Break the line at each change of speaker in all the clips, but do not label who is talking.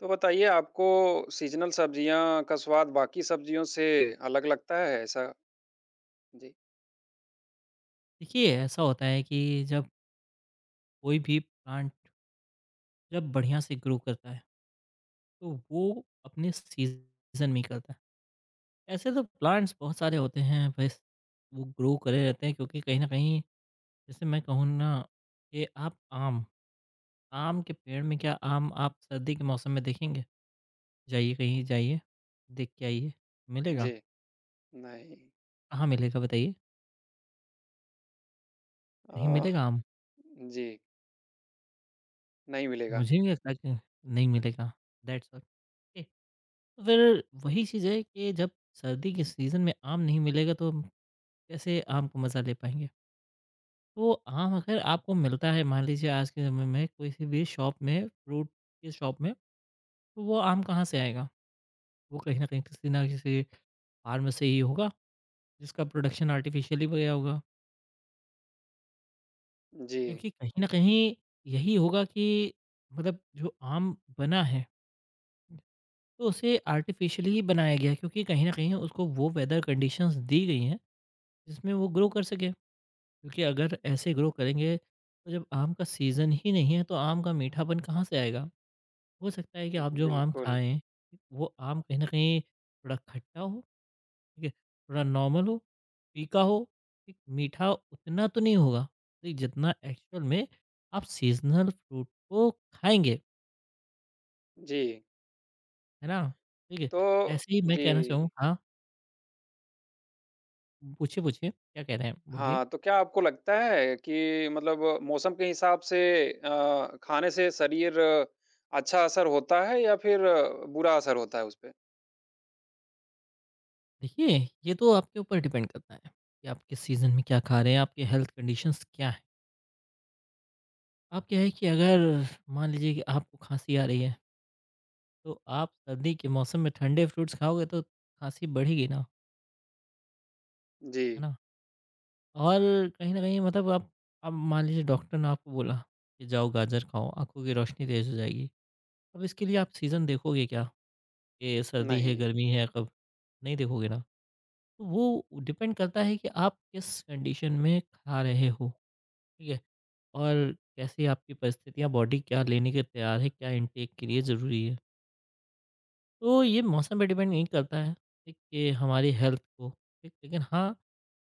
तो बताइए आपको सीज़नल सब्जियाँ का स्वाद बाकी सब्जियों से अलग लगता है ऐसा? जी।
देखिए ऐसा होता है कि जब कोई भी प्लांट जब बढ़िया से ग्रो करता है तो वो अपने सीजन में ही करता है। ऐसे तो प्लांट्स बहुत सारे होते हैं बस वो ग्रो करे रहते हैं क्योंकि कहीं ना कहीं जैसे मैं कहूँ ना कि आप आम आम के पेड़ में क्या आम आप सर्दी के मौसम में देखेंगे? जाइए कहीं जाइए, देख के आइए,
जी,
मिलेगा?
नहीं।
कहाँ मिलेगा बताइए, कहीं
अ,
मिलेगा आम?
जी, नहीं मिलेगा।
मुझे नहीं लगता कि नहीं मिलेगा। That's all. तो फिर वही चीज़ है कि जब सर्दी के सीज़न में आम नहीं मिलेगा तो हम कैसे आम का मज़ा ले पाएँगे? तो आम अगर आपको मिलता है, मान लीजिए आज के समय में किसी भी शॉप में, फ्रूट की शॉप में, तो वो आम कहाँ से आएगा? वो कहीं न कहीं किसी न किसी फार्म से ही होगा जिसका प्रोडक्शन आर्टिफ़िशियली गया होगा।
जी,
क्योंकि कहीं न कहीं यही होगा कि मतलब जो आम बना है, तो उसे आर्टिफ़िशियली ही बनाया गया है क्योंकि कहीं न कहीं उसको वो वेदर कंडीशंस दी गई हैं जिसमें वो ग्रो कर सके। क्योंकि अगर ऐसे ग्रो करेंगे तो जब आम का सीज़न ही नहीं है तो आम का मीठापन कहाँ से आएगा? हो सकता है कि आप जो आम
बिल्कुल।
खाएँ, वो आम कहीं न कहीं थोड़ा खट्टा हो, ठीक है? थोड़ा नॉर्मल हो, फीका हो, ठीक? मीठा उतना तो नहीं होगा, ठीक? जितना एक्चुअल में आप सीज़नल फ्रूट को खाएँगे,
जी।
है ना? ठीक है?
तो
ऐसे ही मैं
जी,
कहना चाहूँ, हाँ, पूछिए, पूछिए क्या कह रहे हैं? बोलिए।
हाँ, तो क्या आपको लगता है कि मतलब मौसम के हिसाब से खाने से शरीर अच्छा असर होता है या फिर बुरा असर होता है उसपे?
देखिए, ये तो आपके ऊपर डिपेंड करता है कि आप किस सीज़न में क्या खा रहे हैं, आपकी हेल्थ कंडीशंस क्या हैं। अब क्या है कि अगर मान लीजिए कि आपको खांसी आ रही है, तो आप सर्दी के मौसम में ठंडे फ्रूट्स खाओगे तो खांसी बढ़ेगी ना,
जी,
है ना? और कहीं न कहीं मतलब आप, अब मान लीजिए डॉक्टर ने आपको बोला कि जाओ गाजर खाओ, आँखों की रोशनी तेज़ हो जाएगी। अब इसके लिए आप सीज़न देखोगे क्या? कि सर्दी है,
नहीं।
गर्मी है कब? नहीं देखोगे ना। तो वो डिपेंड करता है कि आप किस कंडीशन में खा रहे हो, ठीक है? और कैसी आपकी परिस्थितियाँ, बॉडी क्या लेने के लिए तैयार है, क्या इनटेक के लिए ज़रूरी है। तो ये मौसम पे डिपेंड नहीं करता है, ठीक, कि हमारी हेल्थ को, ठीक। लेकिन हाँ,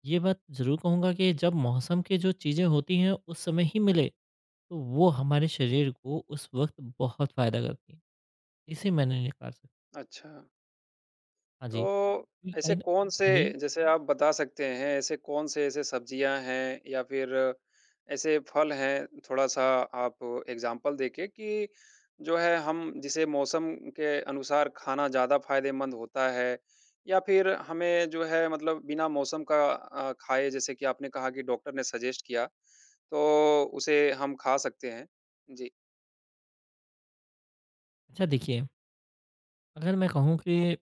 ये बात ज़रूर कहूँगा कि जब मौसम की जो चीज़ें होती हैं उस समय ही मिले, तो वो हमारे शरीर को उस वक़्त बहुत फ़ायदा करती हैं। इसे मैंने निकाल सक,
अच्छा।
हाँ जी,
तो
क्योंकि
ऐसे
कहीं न,
कौन से
हाँ जी।
जैसे आप बता सकते हैं ऐसे कौन से ऐसे सब्जियां हैं या फिर ऐसे फल हैं थोड़ा-सा आप एग्जांपल देके कि जो है हम जिसे मौसम के अनुसार खाना ज़्यादा फ़ायदेमंद होता है या फिर हमें जो है मतलब बिना मौसम का खाए जैसे कि आपने कहा कि डॉक्टर ने सजेस्ट किया तो उसे हम खा सकते हैं। जी।
अच्छा देखिए, अगर मैं कहूँ कि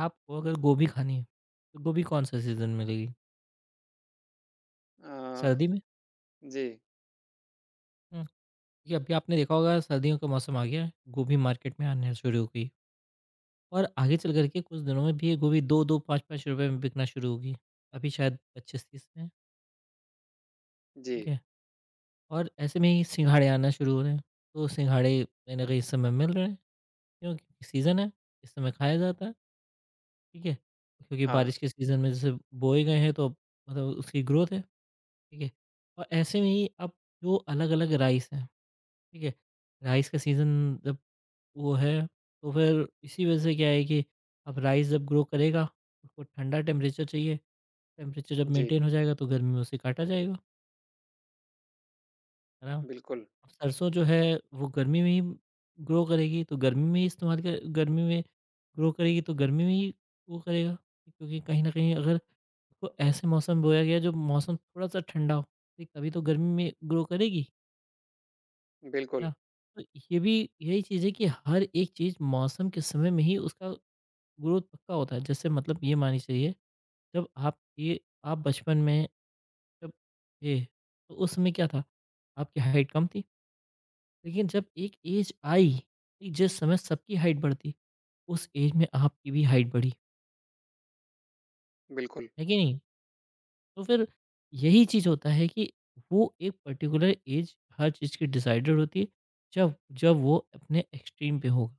आपको अगर गोभी खानी है, तो गोभी कौन-से सीज़न में मिलेगी?
अ,
सर्दी में?
जी,
हुँ, ये अभी आपने देखा होगा सर्दियों का मौसम आ गया है, गोभी मार्केट में आना शुरू हो गई। और आगे चल कर के कुछ दिनों में भी ये गोभी 2-2, 5-5 रुपए में बिकना शुरू होगी। अभी शायद 25-30 में,
जी।
ठीक है? और ऐसे में ही सिंघाड़े आना शुरू हो रहे हैं। तो सिंघाड़े कहीं न कहीं इस समय मिल रहे हैं, क्यों? क्योंकि सीज़न है, इस समय खाया जाता है, ठीक है? क्योंकि
हाँ,
बारिश के सीज़न में जैसे बोए गए हैं तो अब मतलब उसकी ग्रोथ है, ठीक है? और ऐसे में ही अब जो अलग-अलग राइस हैं, ठीक है? राइस का सीज़न जब वो है, तो फिर इसी वजह से क्या है कि अब राइस जब ग्रो करेगा, उसको ठंडा टेम्परेचर चाहिए। टेम्परेचर जब
जी।
मेंटेन हो जाएगा तो गर्मी में उसे काटा जाएगा, है ना?
बिल्कुल,
अब सरसों जो है वो गर्मी में ही ग्रो करेगी तो गर्मी में ही इस्तेमाल कर, गर्मी में ग्रो करेगी तो गर्मी में ही वो करेगा। क्योंकि कहीं न कहीं अगर उसको ऐसे मौसम में बोया गया जो मौसम थोड़ा-सा ठंडा हो, ठीक तभी तो गर्मी में ग्रो करेगी, है ना?
बिल्कुल,
तो ये भी यही चीज़ है कि हर एक चीज़ मौसम के समय में ही उसका ग्रोथ पक्का होता है। जैसे मतलब ये माननी चाहिए, जब आप ये आप बचपन में तब ये, तो उस समय क्या था आपकी हाइट कम थी, लेकिन जब एक एज आई ठीक, जिस समय सबकी हाइट बढ़ती उस एज में आपकी भी हाइट बढ़ी,
बिल्कुल।
है कि नहीं? तो फिर यही चीज़ होता है कि वो एक पर्टिकुलर एज हर चीज़ की डिसाइडेड होती है जब, जब वो अपने एक्सट्रीम पे होगा,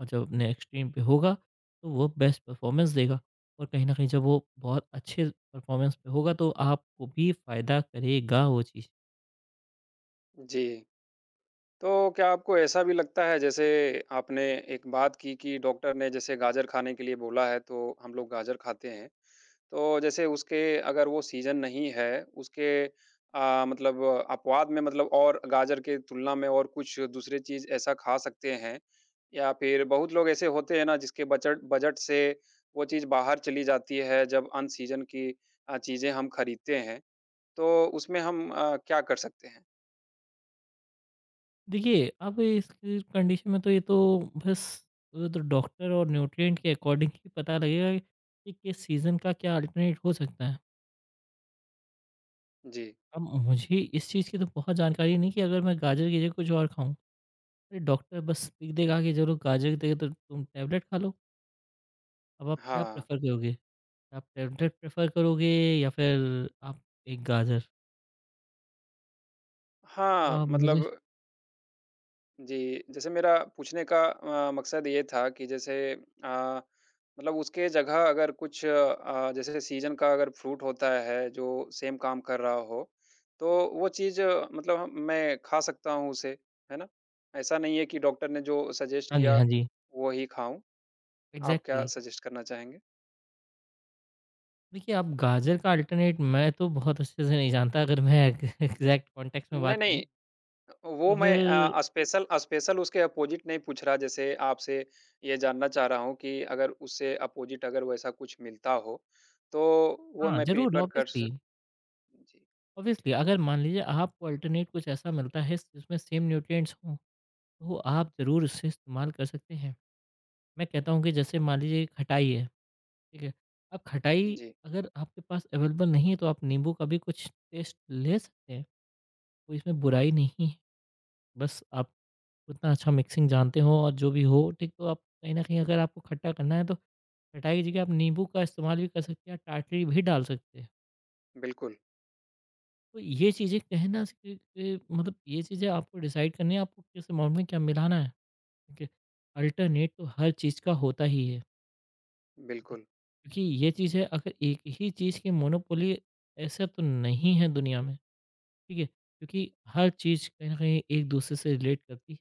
और जब अपने एक्सट्रीम पे होगा तो वो बेस्ट परफॉर्मेंस देगा, और कहीं ना कहीं जब वो बहुत अच्छे परफॉर्मेंस पे होगा तो आपको भी फ़ायदा करेगा वो चीज़।
जी। तो क्या आपको ऐसा भी लगता है जैसे आपने एक बात की कि डॉक्टर ने जैसे गाजर खाने के लिए बोला है तो हम लोग गाजर खाते हैं। तो जैसे उसके अगर वो सीज़न नहीं है उसके मतलब अपवाद में मतलब और गाजर के तुलना में और कुछ दूसरे चीज़ ऐसा खा सकते हैं या फिर बहुत लोग ऐसे होते हैं ना जिसके बजट बजट से वो चीज़ बाहर चली जाती है जब अन सीज़न की चीज़ें हम खरीदते हैं। तो उसमें हम क्या कर सकते हैं?
देखिए, अब इस कंडीशन में तो ये तो बस, वो तो डॉक्टर और न्यूट्रिएंट के अकॉर्डिंग ही पता लगेगा कि किस सीज़न का क्या अल्टरनेट हो सकता है।
जी।
अब मुझे इस चीज़ की तो बहुत जानकारी नहीं कि अगर मैं गाजर की जगह कुछ और खाऊँ, अरे डॉक्टर बस लिख देगा कि चलो गाजर की जगह तो तुम टैबलेट खा लो। अब आप क्या
हाँ।
प्रेफ़र करोगे? आप टैबलेट प्रेफ़र करोगे या फिर आप एक गाजर? तो
हाँ,
आप
मतलब
मुझे,
जी, जैसे मेरा पूछने का मकसद ये था कि जैसे मतलब उसके जगह अगर कुछ जैसे सीज़न का अगर फ्रूट होता है जो सेम काम कर रहा हो, तो वो चीज़ आ, मतलब हम मैं खा सकता हूँ उसे, है ना? ऐसा नहीं है कि डॉक्टर ने जो सजेस्ट
हाँ जी,
किया,
हाँ जी।
वो ही खाऊँ। आप क्या
एग्ज़ैक्टली।
सजेस्ट करना चाहेंगे?
देखिए, आप गाजर का अल्टरनेट मैं तो बहुत अच्छे से नहीं जानता अगर मैं एग्ज़ैक्ट कॉन्टेक्स्ट में
नहीं,
बात करूँ,
नहीं, वो
तो
मैं
फिर
स्पेशल स्पेशल उसके अपोजिट नहीं पूछ रहा, जैसे आपसे ये जानना चाह रहा हूँ कि अगर उससे अपोजिट अगर वैसा कुछ मिलता हो, तो वो
हाँ,
मैं
ज़रूर
प्रेफ़र कर
ऑब्वियसली।
सक जी,
ऑब्वियसली अगर मान लीजिए आपको अल्टरनेट कुछ ऐसा मिलता है जिसमें सेम न्यूट्रिएंट्स हों, तो आप ज़रूर उसे इस्तेमाल कर सकते हैं। मैं कहता हूँ कि जैसे मान लीजिए खटाई है, ठीक है? अब खटाई
जी,
अगर आपके पास अवेलेबल नहीं है तो आप नींबू का भी कुछ टेस्ट ले सकते हैं, कोई इसमें बुराई नहीं है। बस आप उतना अच्छा मिक्सिंग जानते हो और जो भी हो, ठीक तो आप कहीं न कहीं अगर आपको खट्टा करना है तो खटाई की जगह आप नींबू का इस्तेमाल भी कर सकते हैं, टाटरी भी डाल सकते हैं।
बिल्कुल,
तो ये चीज़ें कहना से के मतलब ये चीज़ें आपको डिसाइड करनी है, आपको किस अमाउंट में क्या मिलाना है, ठीक है। अल्टरनेट तो हर चीज़ का होता ही है, ठीक है।
बिल्कुल।
क्योंकि ये चीज़ है अगर एक ही चीज़ की मोनोपोली, ऐसा तो नहीं है दुनिया में, ठीक है। क्योंकि हर चीज़ कहीं न कहीं एक-दूसरे से रिलेट करती है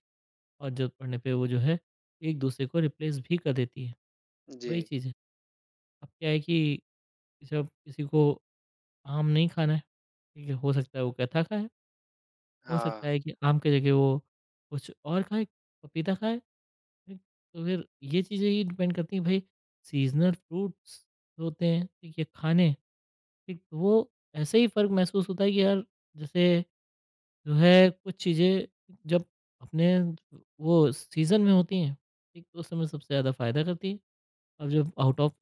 और ज़रूरत पड़ने पे वो जो है, एक-दूसरे को रिप्लेस भी कर देती है। वही
जी,
चीज़ है। अब क्या है कि जब किसी को आम नहीं खाना है, ठीक है, हो सकता है वो गट्ठा खाए, हो सकता
हाँ,
है कि आम की जगह वो कुछ और खाए, पपीता खाए, ठीक। तो फिर ये चीज़ें ही डिपेंड करती हैं भाई, सीज़नल फ्रूट्स होते हैं, ठीक है, खाने, ठीक, तो वो ऐसे ही फ़र्क महसूस होता है कि यार, जैसे जो है कुछ चीज़ें जब अपने वो सीज़न में होती हैं, ठीक, तो उस समय सबसे ज़्यादा फ़ायदा करती है। अब जब out of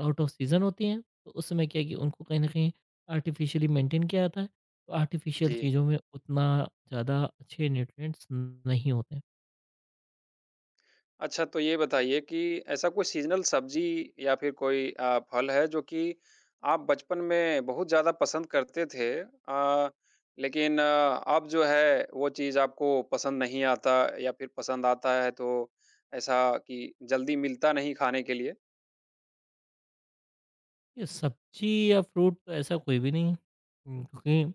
out of season होती हैं तो उस समय क्या है कि उनको कहीं न कहीं आर्टिफ़िशियली मेंटेन किया जाता है। तो आर्टिफ़िशियल
जी।
चीज़ों में उतना ज़्यादा अच्छे न्यूट्रिएंट्स नहीं होते हैं।
अच्छा, तो ये बताइए कि ऐसा कोई सीज़नल सब्ज़ी या फिर कोई फल है जो कि आप बचपन में बहुत ज़्यादा पसंद करते थे लेकिन आ, अब जो है वो चीज़ आपको पसंद नहीं आता या फिर पसंद आता है तो ऐसा कि जल्दी मिलता नहीं खाने के लिए?
ये सब्ज़ी या फ्रूट तो ऐसा कोई भी नहीं है, क्योंकि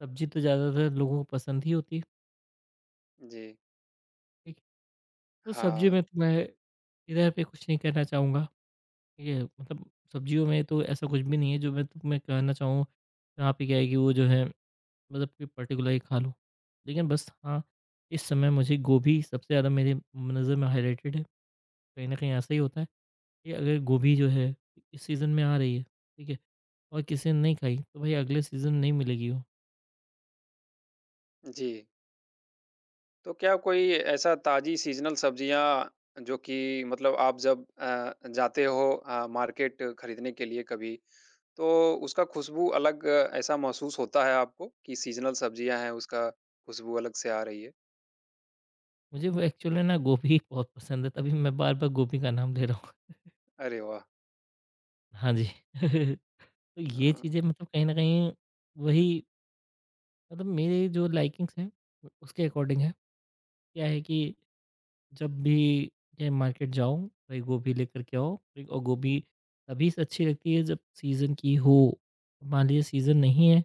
सब्ज़ी तो ज़्यादातर लोगों को पसंद ही होती है,
जी।
ठीक है। तो सब्ज़ी
हाँ,
में तो मैं इधर पे कुछ नहीं कहना चाहूँगा, ये मतलब सब्ज़ियों में तो ऐसा कुछ भी नहीं है जो मैं तुम्हें कहना चाहूँ। यहाँ पे क्या है कि वो जो है मतलब कि पर्टिकुलर ही खा लूँ। लेकिन बस हाँ, इस समय मुझे गोभी सबसे ज़्यादा मेरे नज़र में हाइलाइटेड है। कहीं न कहीं ऐसा ही होता है कि अगर गोभी जो है इस सीज़न में आ रही है, ठीक है? और किसी ने नहीं खाई तो भाई अगले सीज़न नहीं मिलेगी वो।
जी। तो क्या कोई ऐसा ताज़ी सीज़नल सब्ज़ियाँ जो कि मतलब आप जब जाते हो मार्केट खरीदने के लिए कभी तो उसका खुशबू अलग ऐसा महसूस होता है आपको कि सीज़नल सब्जियाँ हैं, उसका खुशबू अलग से आ रही है?
मुझे वो एक्चुअल में ना गोभी बहुत पसंद है तभी मैं बार-बार गोभी का नाम ले रहा हूँ।
अरे वाह!
हाँ जी। तो ये
अ,
चीज़ें मतलब कहीं न कहीं वही, मतलब मेरे जो लाइकिंग्स हैं उसके अकॉर्डिंग है। क्या है कि जब भी चाहे मार्केट जाओ भाई गोभी लेकर के आओ, भाई और गोभी तभी से अच्छी लगती है जब सीज़न की हो। मान लीजिए सीज़न नहीं है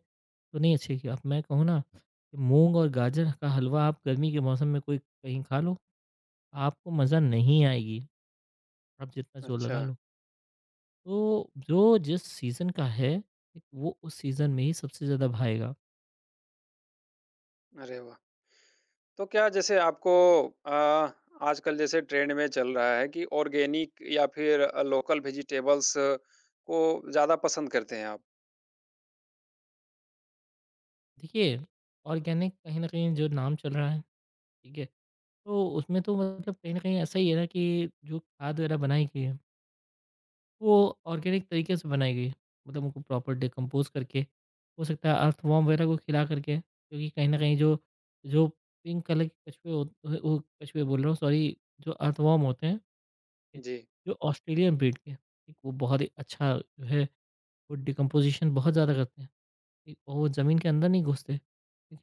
तो नहीं अच्छी लगती। अब मैं कहूँ ना कि मूंग और गाजर का हलवा आप गर्मी के मौसम में कोई कहीं खा लो, आपको मज़ा नहीं आएगी, आप जितना जोर
अच्छा,
लगा लो। तो जो जिस सीज़न का है ठीक, वो उस सीज़न में ही सबसे ज़्यादा भाएगा।
अरे वाह! तो क्या जैसे आपको अ, आजकल जैसे ट्रेंड में चल रहा है कि ऑर्गेनिक या फिर लोकल वेजिटेबल्स को ज़्यादा पसंद करते हैं आप?
देखिए, ऑर्गेनिक कहीं ना कहीं जो नाम चल रहा है, ठीक है, तो उसमें तो मतलब कहीं न कहीं ऐसा ही है ना कि जो खाद वगैरह बनाई गई है, वो ऑर्गेनिक तरीके से बनाई गई है। मतलब उनको प्रॉपर डिकम्पोज़ करके, हो सकता है अर्थवॉर्म वगैरह को खिला करके क्योंकि कहीं न कहीं जो जो पिंक कलर के कछुए हो, ओ कछुए बोल रहा हूँ सॉरी, जो अर्थवॉर्म होते हैं, ठीक है,
जी,
जो ऑस्ट्रेलियन ब्रीड के, ठीक, वो बहुत ही अच्छा जो है वो डिकम्पोज़िशन बहुत ज़्यादा करते हैं, ठीक, और वो ज़मीन के अंदर नहीं घुसते, ठीक।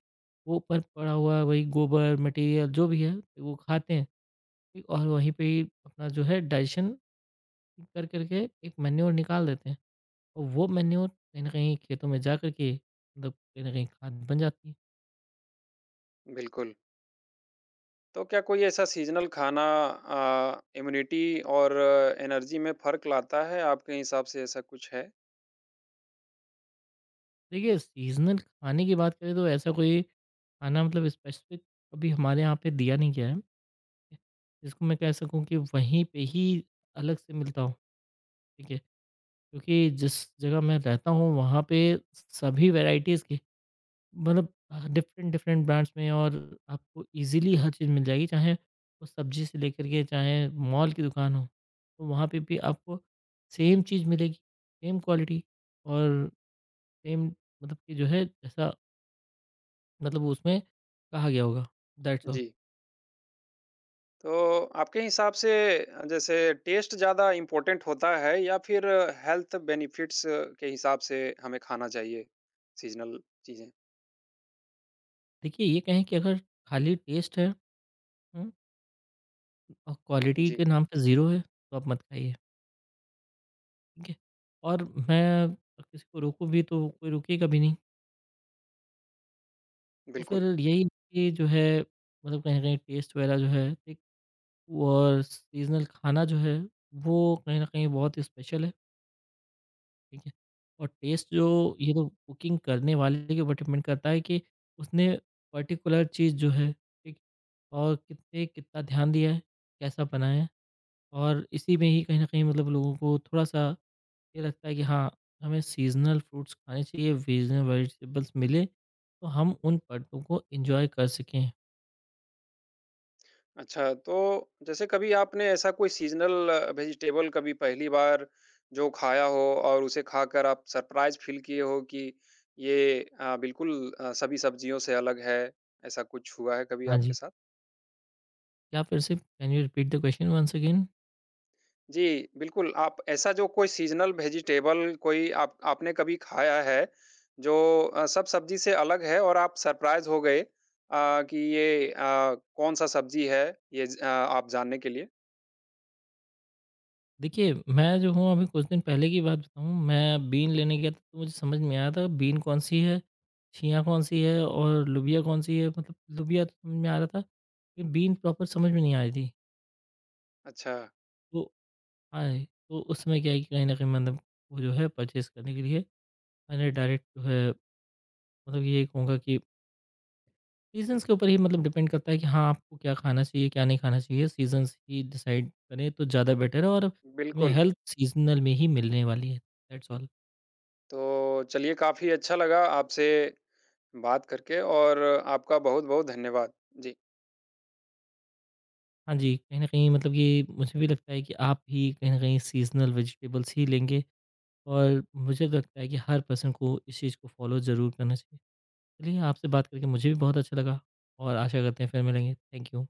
वो ऊपर पड़ा हुआ वही गोबर, मटीरियल जो भी है, वो खाते हैं। ठीक, और वहीं पे ही अपना जो है डाइजेशन कर करके एक मैन्योर निकाल देते हैं और वो मैन्योर कहीं ना कहीं खेतों में जा करके मतलब कहीं ना कहीं खाद बन जाती है।
बिल्कुल। तो क्या कोई ऐसा सीज़नल खाना इम्यूनिटी और एनर्जी में फ़र्क लाता है? आपके हिसाब से ऐसा कुछ है?
देखिए, सीजनल खाने की बात करें तो ऐसा कोई खाना मतलब स्पेसिफिक अभी हमारे यहाँ पे दिया नहीं गया है, ठीक है, जिसको मैं कह सकूँ कि वहीं पे ही अलग से मिलता हूँ, ठीक है, क्योंकि जिस जगह मैं रहता हूँ वहाँ पे सभी वेराइटीज़ के, मतलब डिफरेंट डिफरेंट ब्रांड्स में, और आपको इजीली हर चीज़ मिल जाएगी, चाहे वो सब्जी से लेकर के चाहे मॉल की दुकान हो तो वहाँ पे भी आपको सेम चीज़ मिलेगी, सेम क्वालिटी और सेम, मतलब कि जो है जैसा मतलब उसमें कहा गया होगा, दैट्स ऑल।
जी। तो आपके हिसाब से जैसे टेस्ट ज़्यादा इम्पोर्टेंट होता है या फिर हेल्थ बेनिफिट्स के हिसाब से हमें खाना चाहिए सीज़नल चीज़ें?
देखिए, ये कहें कि अगर खाली टेस्ट है, हम्म, और क्वालिटी
जी,
के नाम पे ज़ीरो है तो आप मत खाइए, ठीक है। और मैं किसी को रोकूं भी तो कोई रुकेगा भी नहीं। तो फिर
बिल्कुल।
यही कि जो है मतलब कहीं न कहीं टेस्ट वगैरह जो है ठीक, और सीज़नल खाना जो है वो कहीं न कहीं बहुत स्पेशल है, ठीक है? और टेस्ट जो, ये तो कुकिंग करने वाले के ऊपर डिपेंड करता है कि उसने पर्टिकुलर चीज़ जो है, ठीक? और कितने कितना ध्यान दिया है, कैसा बनाया है, और इसी में ही कहीं न कहीं मतलब लोगों को थोड़ा-सा ये लगता है कि हाँ, हमें सीज़नल फ्रूट्स खाने चाहिए, वेजन वेजिटेबल्स मिले, तो हम उन पर्टों को एन्जॉय कर सकें।
अच्छा, तो जैसे कभी आपने ऐसा कोई सीज़नल वेजिटेबल कभी पहली बार जो खाया हो और उसे खाकर आप सरप्राइज़ फ़ील किए हो कि ये बिल्कुल अ, सभी सब्जियों से अलग है, ऐसा कुछ हुआ है कभी
हाँ
आपके
जी।
साथ?
क्या फिर से can you repeat the question once again?
जी, बिल्कुल, आप ऐसा जो कोई सीज़नल वेजिटेबल कोई आप आपने कभी खाया है, जो सब सब्ज़ी से अलग है और आप सरप्राइज़ हो गए कि ये कौन-सा सब्ज़ी है? ये ज आप जानने के लिए?
देखिए, मैं जो हूँ अभी कुछ दिन पहले की बात बताऊँ, मैं बीन लेने गया था तो मुझे समझ में आया था बीन कौन-सी है, छिया कौन-सी है और लुबिया कौन-सी है, मतलब लुबिया तो समझ में आ रहा था, लेकिन बीन प्रॉपर समझ में नहीं आ रही थी।
अच्छा,
तो आए, तो उस समय क्या है कि कहीं न कहीं मतलब वो जो है परचेज़ करने के लिए मैंने डायरेक्ट जो है, मतलब ये कहूँगा कि सीज़न्स के ऊपर ही मतलब डिपेंड करता है कि हाँ, आपको क्या खाना चाहिए, क्या नहीं खाना चाहिए, सीज़न्स ही डिसाइड करें तो ज़्यादा बेटर है और हमें
बिल्कुल।
हेल्प सीज़नल में ही मिलने वाली है, दैट्स ऑल।
तो चलिए काफ़ी अच्छा लगा आपसे बात करके और आपका बहुत-बहुत धन्यवाद। जी।
हाँ जी, कहीं न कहीं मतलब ये मुझे भी लगता है कि आप भी कहीं न कहीं सीज़नल वेजिटेबल्स ही लेंगे और मुझे तो लगता है कि हर पर्सन को इस चीज़ को फ़ॉलो ज़रूर करना चाहिए। चलिए, आपसे बात करके मुझे भी बहुत अच्छा लगा और आशा करते हैं फिर मिलेंगे। Thank you.